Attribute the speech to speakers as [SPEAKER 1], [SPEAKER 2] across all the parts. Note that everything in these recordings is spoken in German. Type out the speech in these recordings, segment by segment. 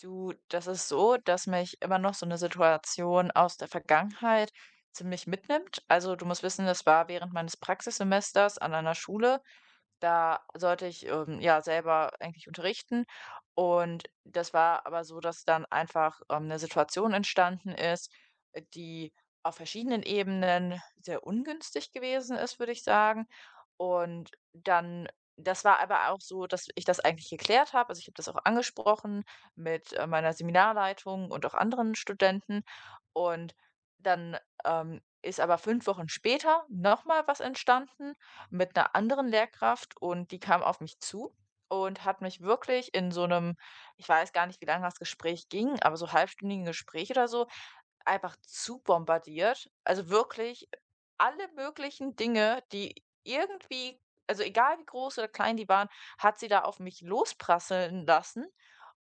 [SPEAKER 1] Du, das ist so, dass mich immer noch so eine Situation aus der Vergangenheit ziemlich mitnimmt. Also, du musst wissen, das war während meines Praxissemesters an einer Schule, da sollte ich, ja, selber eigentlich unterrichten. Und das war aber so, dass dann einfach, 'ne Situation entstanden ist, die auf verschiedenen Ebenen sehr ungünstig gewesen ist, würde ich sagen. Und dann das war aber auch so, dass ich das eigentlich geklärt habe. Also, ich habe das auch angesprochen mit, meiner Seminarleitung und auch anderen Studenten. Und dann, ist aber 5 Wochen später noch mal was entstanden mit einer anderen Lehrkraft, und die kam auf mich zu und hat mich wirklich in so einem, ich weiß gar nicht, wie lange das Gespräch ging, aber so halbstündigen Gespräch oder so, einfach zu bombardiert. Also, wirklich alle möglichen Dinge, die irgendwie, also, egal wie groß oder klein die waren, hat sie da auf mich losprasseln lassen.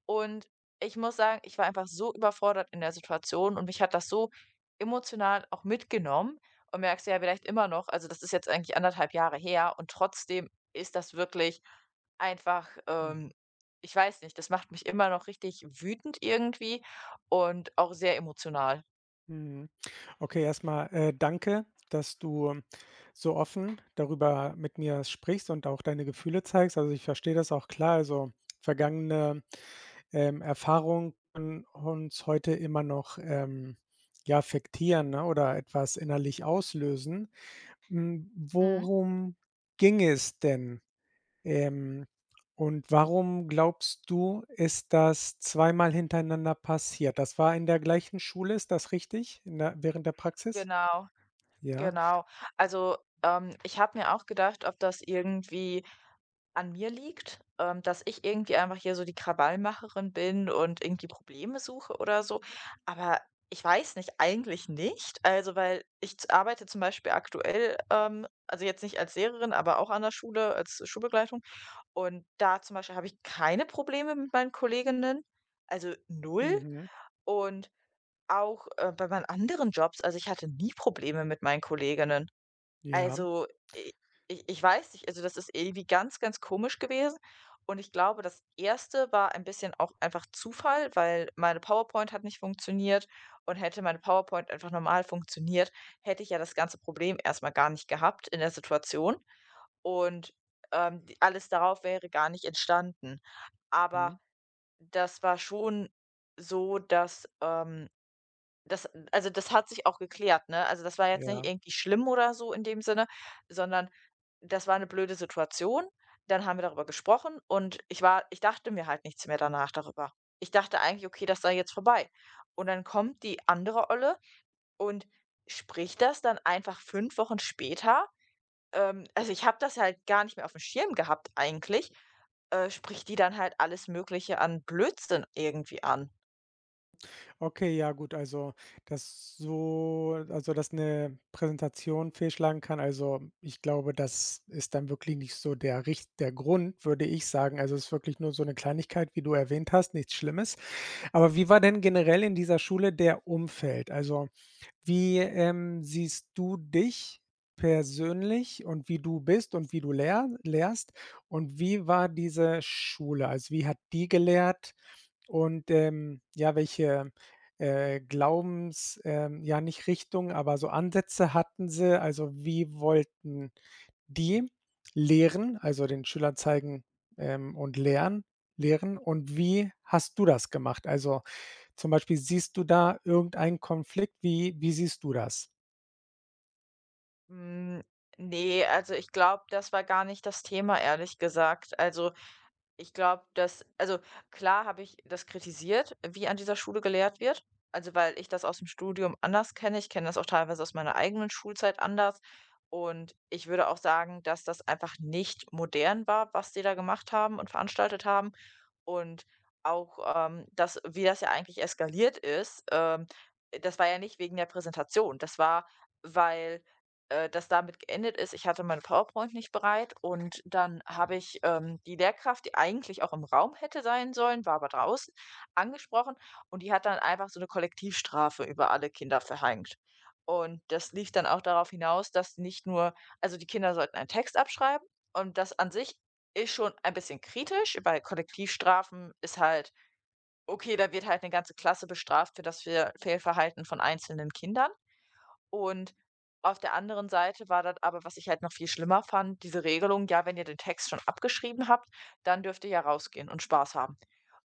[SPEAKER 1] Und ich muss sagen, ich war einfach so überfordert in der Situation und mich hat das so emotional auch mitgenommen, und merkst ja vielleicht immer noch, also das ist jetzt eigentlich 1,5 Jahre her und trotzdem ist das wirklich einfach,
[SPEAKER 2] Mhm.
[SPEAKER 1] ich weiß nicht, das macht mich immer noch richtig wütend irgendwie und auch sehr emotional.
[SPEAKER 2] Mhm. Okay, erstmal danke, dass du so offen darüber mit mir sprichst und auch deine Gefühle zeigst. Also, ich verstehe das auch klar. Also, vergangene, Erfahrungen können uns heute immer noch, ja, affektieren, ne, oder etwas innerlich auslösen. Hm,
[SPEAKER 1] Mhm.
[SPEAKER 2] worum ging es denn? Ähm, und warum glaubst du, ist das zweimal hintereinander passiert? Das war in der gleichen Schule, ist das richtig? In der während der Praxis?
[SPEAKER 1] Genau.
[SPEAKER 2] Ja.
[SPEAKER 1] Genau. Also, ich habe mir auch gedacht, ob das irgendwie an mir liegt, dass ich irgendwie einfach hier so die Krawallmacherin bin und irgendwie Probleme suche oder so. Aber ich weiß nicht, eigentlich nicht. Also, weil ich arbeite zum Beispiel aktuell, also jetzt nicht als Lehrerin, aber auch an der Schule, als Schulbegleitung. Und da zum Beispiel habe ich keine Probleme mit meinen Kolleginnen, also null.
[SPEAKER 2] Mhm.
[SPEAKER 1] Und auch bei meinen anderen Jobs, also ich hatte nie Probleme mit meinen Kolleginnen.
[SPEAKER 2] Ja.
[SPEAKER 1] Also, i ich ich weiß nicht, also, das ist irgendwie ganz, ganz komisch gewesen. Und ich glaube, das erste war ein bisschen auch einfach Zufall, weil meine PowerPoint hat nicht funktioniert, und hätte meine PowerPoint einfach normal funktioniert, hätte ich ja das ganze Problem erstmal gar nicht gehabt in der Situation, und, d alles darauf wäre gar nicht entstanden. Aber
[SPEAKER 2] Mhm.
[SPEAKER 1] das war schon so, dass, das also, das hat sich auch geklärt, ne? Also, das war jetzt nicht
[SPEAKER 2] Ja.
[SPEAKER 1] irgendwie schlimm oder so in dem Sinne, sondern das war eine blöde Situation. Dann haben wir darüber gesprochen und ich dachte mir halt nichts mehr danach darüber. Ich dachte eigentlich: „Okay, das sei jetzt vorbei.“ Und dann kommt die andere Olle und spricht das dann einfach 5 Wochen später. Also, ich habe das halt gar nicht mehr auf dem Schirm gehabt eigentlich, spricht die dann halt alles Mögliche an Blödsinn irgendwie an.
[SPEAKER 2] Okay, ja gut, also, dass eine Präsentation fehlschlagen kann, also, ich glaube, das ist dann wirklich nicht so der richt der Grund, würde ich sagen. Also, es ist wirklich nur so eine Kleinigkeit, wie du erwähnt hast, nichts Schlimmes. Aber wie war denn generell in dieser Schule der Umfeld? Also wie, siehst du dich persönlich und wie du bist und wie du lehrst und wie war diese Schule? Also, wie hat die gelehrt und, ja, welche, Glaubens ja, nicht Richtung, aber so Ansätze hatten sie? Also, wie wollten die lehren, also den Schülern zeigen, und lehren und wie hast du das gemacht? Also, zum Beispiel, siehst du da irgendeinen Konflikt? Wie siehst du das?
[SPEAKER 1] Hm, ne, also ich glaube, das war gar nicht das Thema, ehrlich gesagt. Also, ich glaube, dass also klar habe ich das kritisiert, wie an dieser Schule gelehrt wird. Also, weil ich das aus dem Studium anders kenne. Ich kenne das auch teilweise aus meiner eigenen Schulzeit anders. Und ich würde auch sagen, dass das einfach nicht modern war, was die da gemacht haben und veranstaltet haben. Und auch, das wie das ja eigentlich eskaliert ist, das war ja nicht wegen der Präsentation. Das war, weil, das damit geendet ist, ich hatte meine PowerPoint nicht bereit, und dann habe ich, die Lehrkraft, die eigentlich auch im Raum hätte sein sollen, war aber draußen, angesprochen, und die hat dann einfach so eine Kollektivstrafe über alle Kinder verhängt. Und das lief dann auch darauf hinaus, dass nicht nur, also, die Kinder sollten einen Text abschreiben, und das an sich ist schon ein bisschen kritisch. Bei Kollektivstrafen ist halt, okay, da wird halt eine ganze Klasse bestraft für das Fehlverhalten von einzelnen Kindern. Und auf der anderen Seite war das aber, was ich halt noch viel schlimmer fand, diese Regelung: „Ja, wenn ihr den Text schon abgeschrieben habt, dann dürft ihr ja rausgehen und Spaß haben.“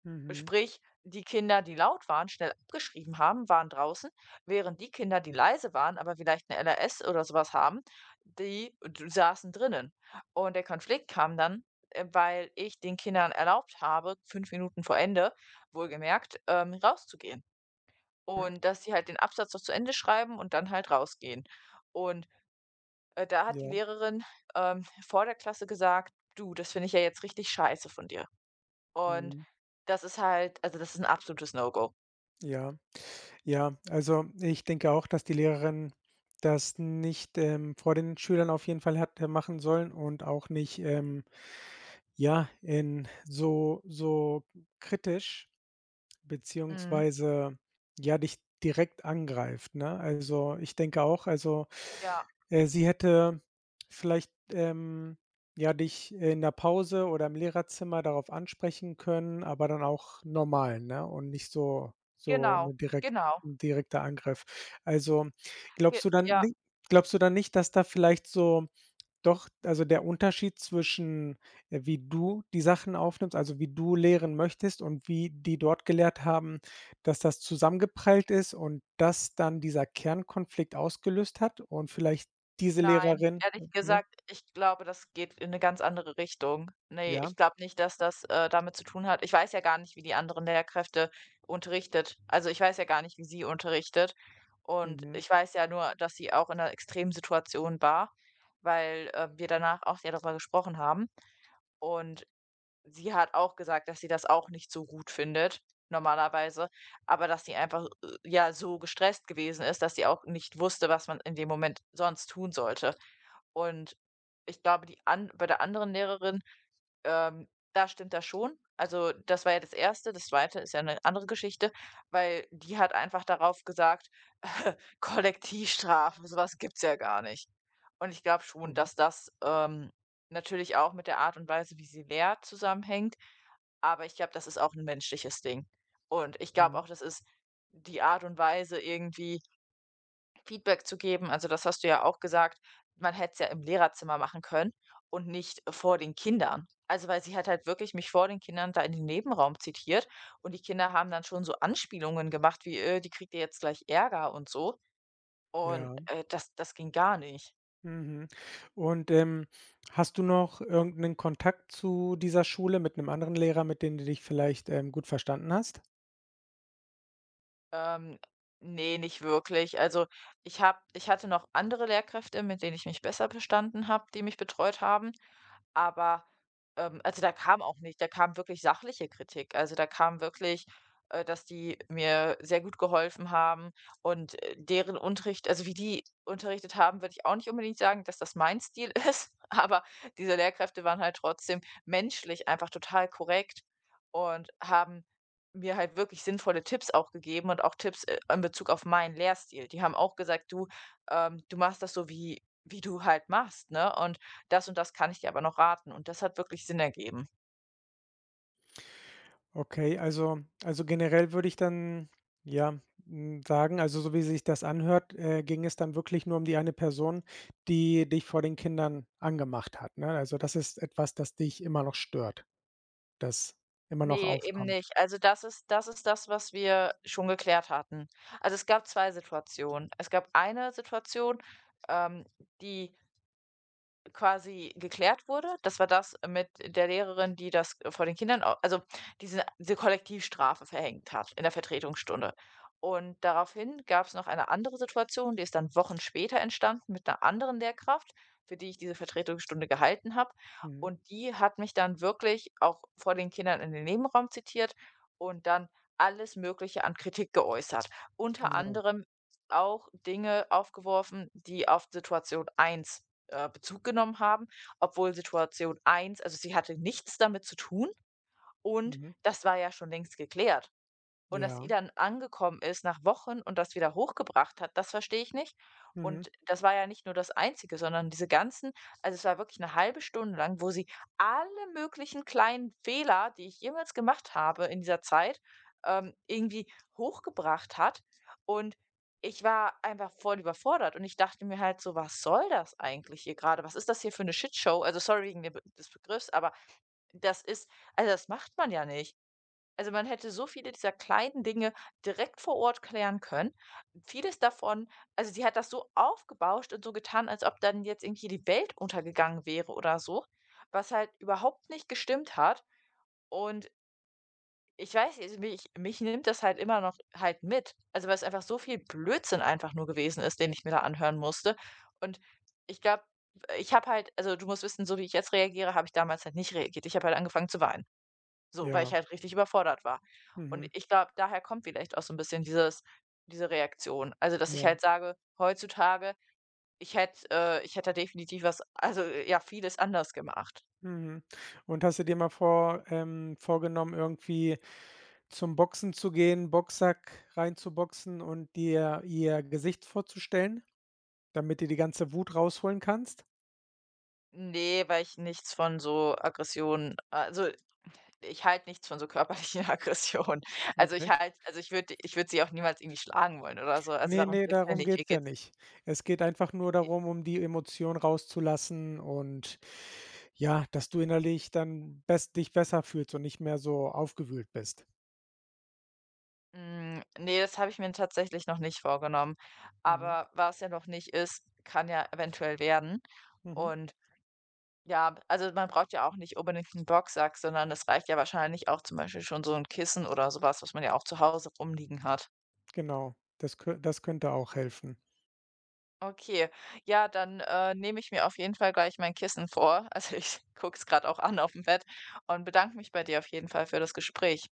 [SPEAKER 2] Mhm.
[SPEAKER 1] Sprich, die Kinder, die laut waren, schnell abgeschrieben haben, waren draußen, während die Kinder, die leise waren, aber vielleicht 'ne LRS oder sowas haben, die d saßen drinnen. Und der Konflikt kam dann, weil ich den Kindern erlaubt habe, 5 Minuten vor Ende, wohlgemerkt, rauszugehen.
[SPEAKER 2] Hm,
[SPEAKER 1] Und dass sie halt den Absatz noch zu Ende schreiben und dann halt rausgehen. Und, da hat die
[SPEAKER 2] ja,
[SPEAKER 1] Lehrerin, vor der Klasse gesagt: „Du, das finde ich ja jetzt richtig scheiße von dir.“ Und
[SPEAKER 2] mhm.
[SPEAKER 1] das ist halt, also, das ist ein absolutes No-Go.
[SPEAKER 2] Ja, ja. Also, ich denke auch, dass die Lehrerin das nicht, vor den Schülern auf jeden Fall hätte machen sollen und auch nicht, ja, in so kritisch.
[SPEAKER 1] Mhm.
[SPEAKER 2] Beziehungsweise, ja, dich direkt angreift, ne? Also, ich denke auch, also,
[SPEAKER 1] Ja,
[SPEAKER 2] sie hätte vielleicht, ja, dich in der Pause oder im Lehrerzimmer darauf ansprechen können, aber dann auch normal, ne? Und nicht so
[SPEAKER 1] genau,
[SPEAKER 2] 'ne direkt
[SPEAKER 1] genau.
[SPEAKER 2] 'n direkter Angriff. Also,
[SPEAKER 1] Ge
[SPEAKER 2] glaubst du dann
[SPEAKER 1] Ja,
[SPEAKER 2] ni glaubst du dann nicht, dass da vielleicht so doch, also der Unterschied zwischen, wie du die Sachen aufnimmst, also wie du lehren möchtest und wie die dort gelehrt haben, dass das zusammengeprellt ist und das dann dieser Kernkonflikt ausgelöst hat und vielleicht diese
[SPEAKER 1] nein,
[SPEAKER 2] Lehrerin
[SPEAKER 1] ehrlich
[SPEAKER 2] ne?
[SPEAKER 1] gesagt, ich glaube, das geht in eine ganz andere Richtung. Ne,
[SPEAKER 2] Ja,
[SPEAKER 1] ich glaube nicht, dass das, damit zu tun hat, ich weiß ja gar nicht, wie die anderen Lehrkräfte unterrichtet. Also, ich weiß ja gar nicht, wie sie unterrichtet. Und
[SPEAKER 2] mhm,
[SPEAKER 1] ich weiß ja nur, dass sie auch in einer extremen Situation war, weil, wir danach auch sehr darüber gesprochen haben. Und sie hat auch gesagt, dass sie das auch nicht so gut findet normalerweise, aber dass sie einfach, ja, so gestresst gewesen ist, dass sie auch nicht wusste, was man in dem Moment sonst tun sollte. Und ich glaube, die an bei der anderen Lehrerin, ähm, da stimmt das schon. Also, das war ja das Erste. Das Zweite ist ja eine andere Geschichte, weil die hat einfach darauf gesagt: „Kollektivstrafe, sowas gibt's ja gar nicht.“ Und ich glaube schon,
[SPEAKER 2] mhm,
[SPEAKER 1] dass das, natürlich auch mit der Art und Weise, wie sie lehrt, zusammenhängt. Aber ich glaube, das ist auch ein menschliches Ding. Und ich glaube
[SPEAKER 2] mhm,
[SPEAKER 1] auch, das ist die Art und Weise irgendwie Feedback zu geben. Also, das hast du ja auch gesagt, man hätte es ja im Lehrerzimmer machen können und nicht vor den Kindern. Also, weil sie hat halt wirklich mich vor den Kindern da in den Nebenraum zitiert, und die Kinder haben dann schon so Anspielungen gemacht wie, die kriegt ihr jetzt gleich Ärger und so. Und,
[SPEAKER 2] ja,
[SPEAKER 1] das ging gar nicht.
[SPEAKER 2] mhm. Und, hast du noch irgend 'nen Kontakt zu dieser Schule mit 'nem anderen Lehrer, mit dem du dich vielleicht, gut verstanden hast?
[SPEAKER 1] Ähm, ne, nicht wirklich. Also, ich hatte noch andere Lehrkräfte, mit denen ich mich besser bestanden habe, die mich betreut haben. Aber, also, da kam auch nicht da kam wirklich sachliche Kritik. Also, da kam wirklich, dass die mir sehr gut geholfen haben, und, deren Unterricht, also, wie die unterrichtet haben, würde ich auch nicht unbedingt sagen, dass das mein Stil ist, aber diese Lehrkräfte waren halt trotzdem menschlich einfach total korrekt und haben mir halt wirklich sinnvolle Tipps auch gegeben und auch Tipps, in Bezug auf meinen Lehrstil. Die haben auch gesagt: „Du, du machst das so, wie du halt machst, ne?“ Und das, und das kann ich dir aber noch raten, und das hat wirklich Sinn ergeben.
[SPEAKER 2] Okay, also generell würde ich dann, ja, hm, sagen also, so wie sich das anhört, ging es dann wirklich nur um die eine Person, die dich vor den Kindern angemacht hat, ne? Also, das ist etwas, das dich immer noch stört, das immer noch
[SPEAKER 1] Ne, eben
[SPEAKER 2] aufkommt.
[SPEAKER 1] nicht. Also, das ist das, was wir schon geklärt hatten. Also, es gab 2 Situationen. Es gab eine Situation, ähm, die quasi geklärt wurde. Das war das mit der Lehrerin, die das vor den Kindern au also diese Kollektivstrafe verhängt hat in der Vertretungsstunde. Und daraufhin gab es noch eine andere Situation, die ist dann Wochen später entstanden mit einer anderen Lehrkraft, für die ich diese Vertretungsstunde gehalten habe.
[SPEAKER 2] Mhm,
[SPEAKER 1] Und die hat mich dann wirklich auch vor den Kindern in den Nebenraum zitiert und dann alles Mögliche an Kritik geäußert. Unter
[SPEAKER 2] genau.
[SPEAKER 1] anderem auch Dinge aufgeworfen, die auf Situation eins, Bezug genommen haben, obwohl Situation eins, also, sie hatte nichts damit zu tun und
[SPEAKER 2] Mhm.
[SPEAKER 1] das war ja schon längst geklärt. Und dass sie
[SPEAKER 2] Ja.
[SPEAKER 1] dann angekommen ist nach Wochen und das wieder hochgebracht hat, das verstehe ich nicht.
[SPEAKER 2] Mhm.
[SPEAKER 1] Und das war ja nicht nur das Einzige, sondern diese ganzen, also, es war wirklich eine halbe Stunde lang, wo sie alle möglichen kleinen Fehler, die ich jemals gemacht habe in dieser Zeit, irgendwie hochgebracht hat. Und ich war einfach voll überfordert und ich dachte mir halt so: „Was soll das eigentlich hier gerade? Was ist das hier für eine Shitshow?“ Also, sorry wegen de des Begriffs, aber das ist, also, das macht man ja nicht. Also, man hätte so viele dieser kleinen Dinge direkt vor Ort klären können. Vieles davon, also, sie hat das so aufgebauscht und so getan, als ob dann jetzt irgendwie die Welt untergegangen wäre oder so, was halt überhaupt nicht gestimmt hat. Und ich weiß nicht, also, mich nimmt das halt immer noch halt mit. Also, weil es einfach so viel Blödsinn einfach nur gewesen ist, den ich mir da anhören musste. Und ich glaube, ich habe halt also, du musst wissen, so wie ich jetzt reagiere, habe ich damals halt nicht reagiert. Ich habe halt angefangen zu weinen. So, weil ich
[SPEAKER 2] Ja.
[SPEAKER 1] halt richtig überfordert war. Und
[SPEAKER 2] Mhm.
[SPEAKER 1] ich glaube, daher kommt vielleicht auch so ein bisschen dieses, diese Reaktion. Also, dass ich
[SPEAKER 2] Ja.
[SPEAKER 1] halt sage, heutzutage, ich hätte da definitiv was, ja, vieles anders gemacht.
[SPEAKER 2] Mhm. Und hast du dir mal vorgenommen, irgendwie zum Boxen zu gehen, Boxsack reinzuboxen und dir ihr Gesicht vorzustellen? Damit du die ganze Wut rausholen kannst?
[SPEAKER 1] Nee, weil ich nichts von so Aggressionen, also, ich halte nichts von so körperlichen Aggressionen. Also, ich
[SPEAKER 2] Okay.
[SPEAKER 1] halte also, ich würde sie auch niemals irgendwie schlagen wollen oder so. Also,
[SPEAKER 2] Ne,
[SPEAKER 1] darum
[SPEAKER 2] ne,
[SPEAKER 1] geht's mir
[SPEAKER 2] darum
[SPEAKER 1] nicht. Mir
[SPEAKER 2] geht's ja
[SPEAKER 1] geht's,
[SPEAKER 2] nicht. Es geht einfach nur darum, um die Emotion rauszulassen und ja, dass du innerlich dann bess dich besser fühlst und nicht mehr so aufgewühlt bist.
[SPEAKER 1] hm, ne, das habe ich mir tatsächlich noch nicht vorgenommen.
[SPEAKER 2] Mhm,
[SPEAKER 1] Aber was ja noch nicht ist, kann ja eventuell werden.
[SPEAKER 2] mhm,
[SPEAKER 1] Und ja, also man braucht ja auch nicht unbedingt 'n Boxsack, sondern es reicht ja wahrscheinlich auch zum Beispiel schon so ein Kissen oder sowas, was man ja auch zu Hause rumliegen hat.
[SPEAKER 2] genau. Das kö das könnte auch helfen.
[SPEAKER 1] Okay, ja, dann, nehme ich mir auf jeden Fall gleich mein Kissen vor. Also, ich gucke es gerade auch an auf dem Bett und bedanke mich bei dir auf jeden Fall für das Gespräch.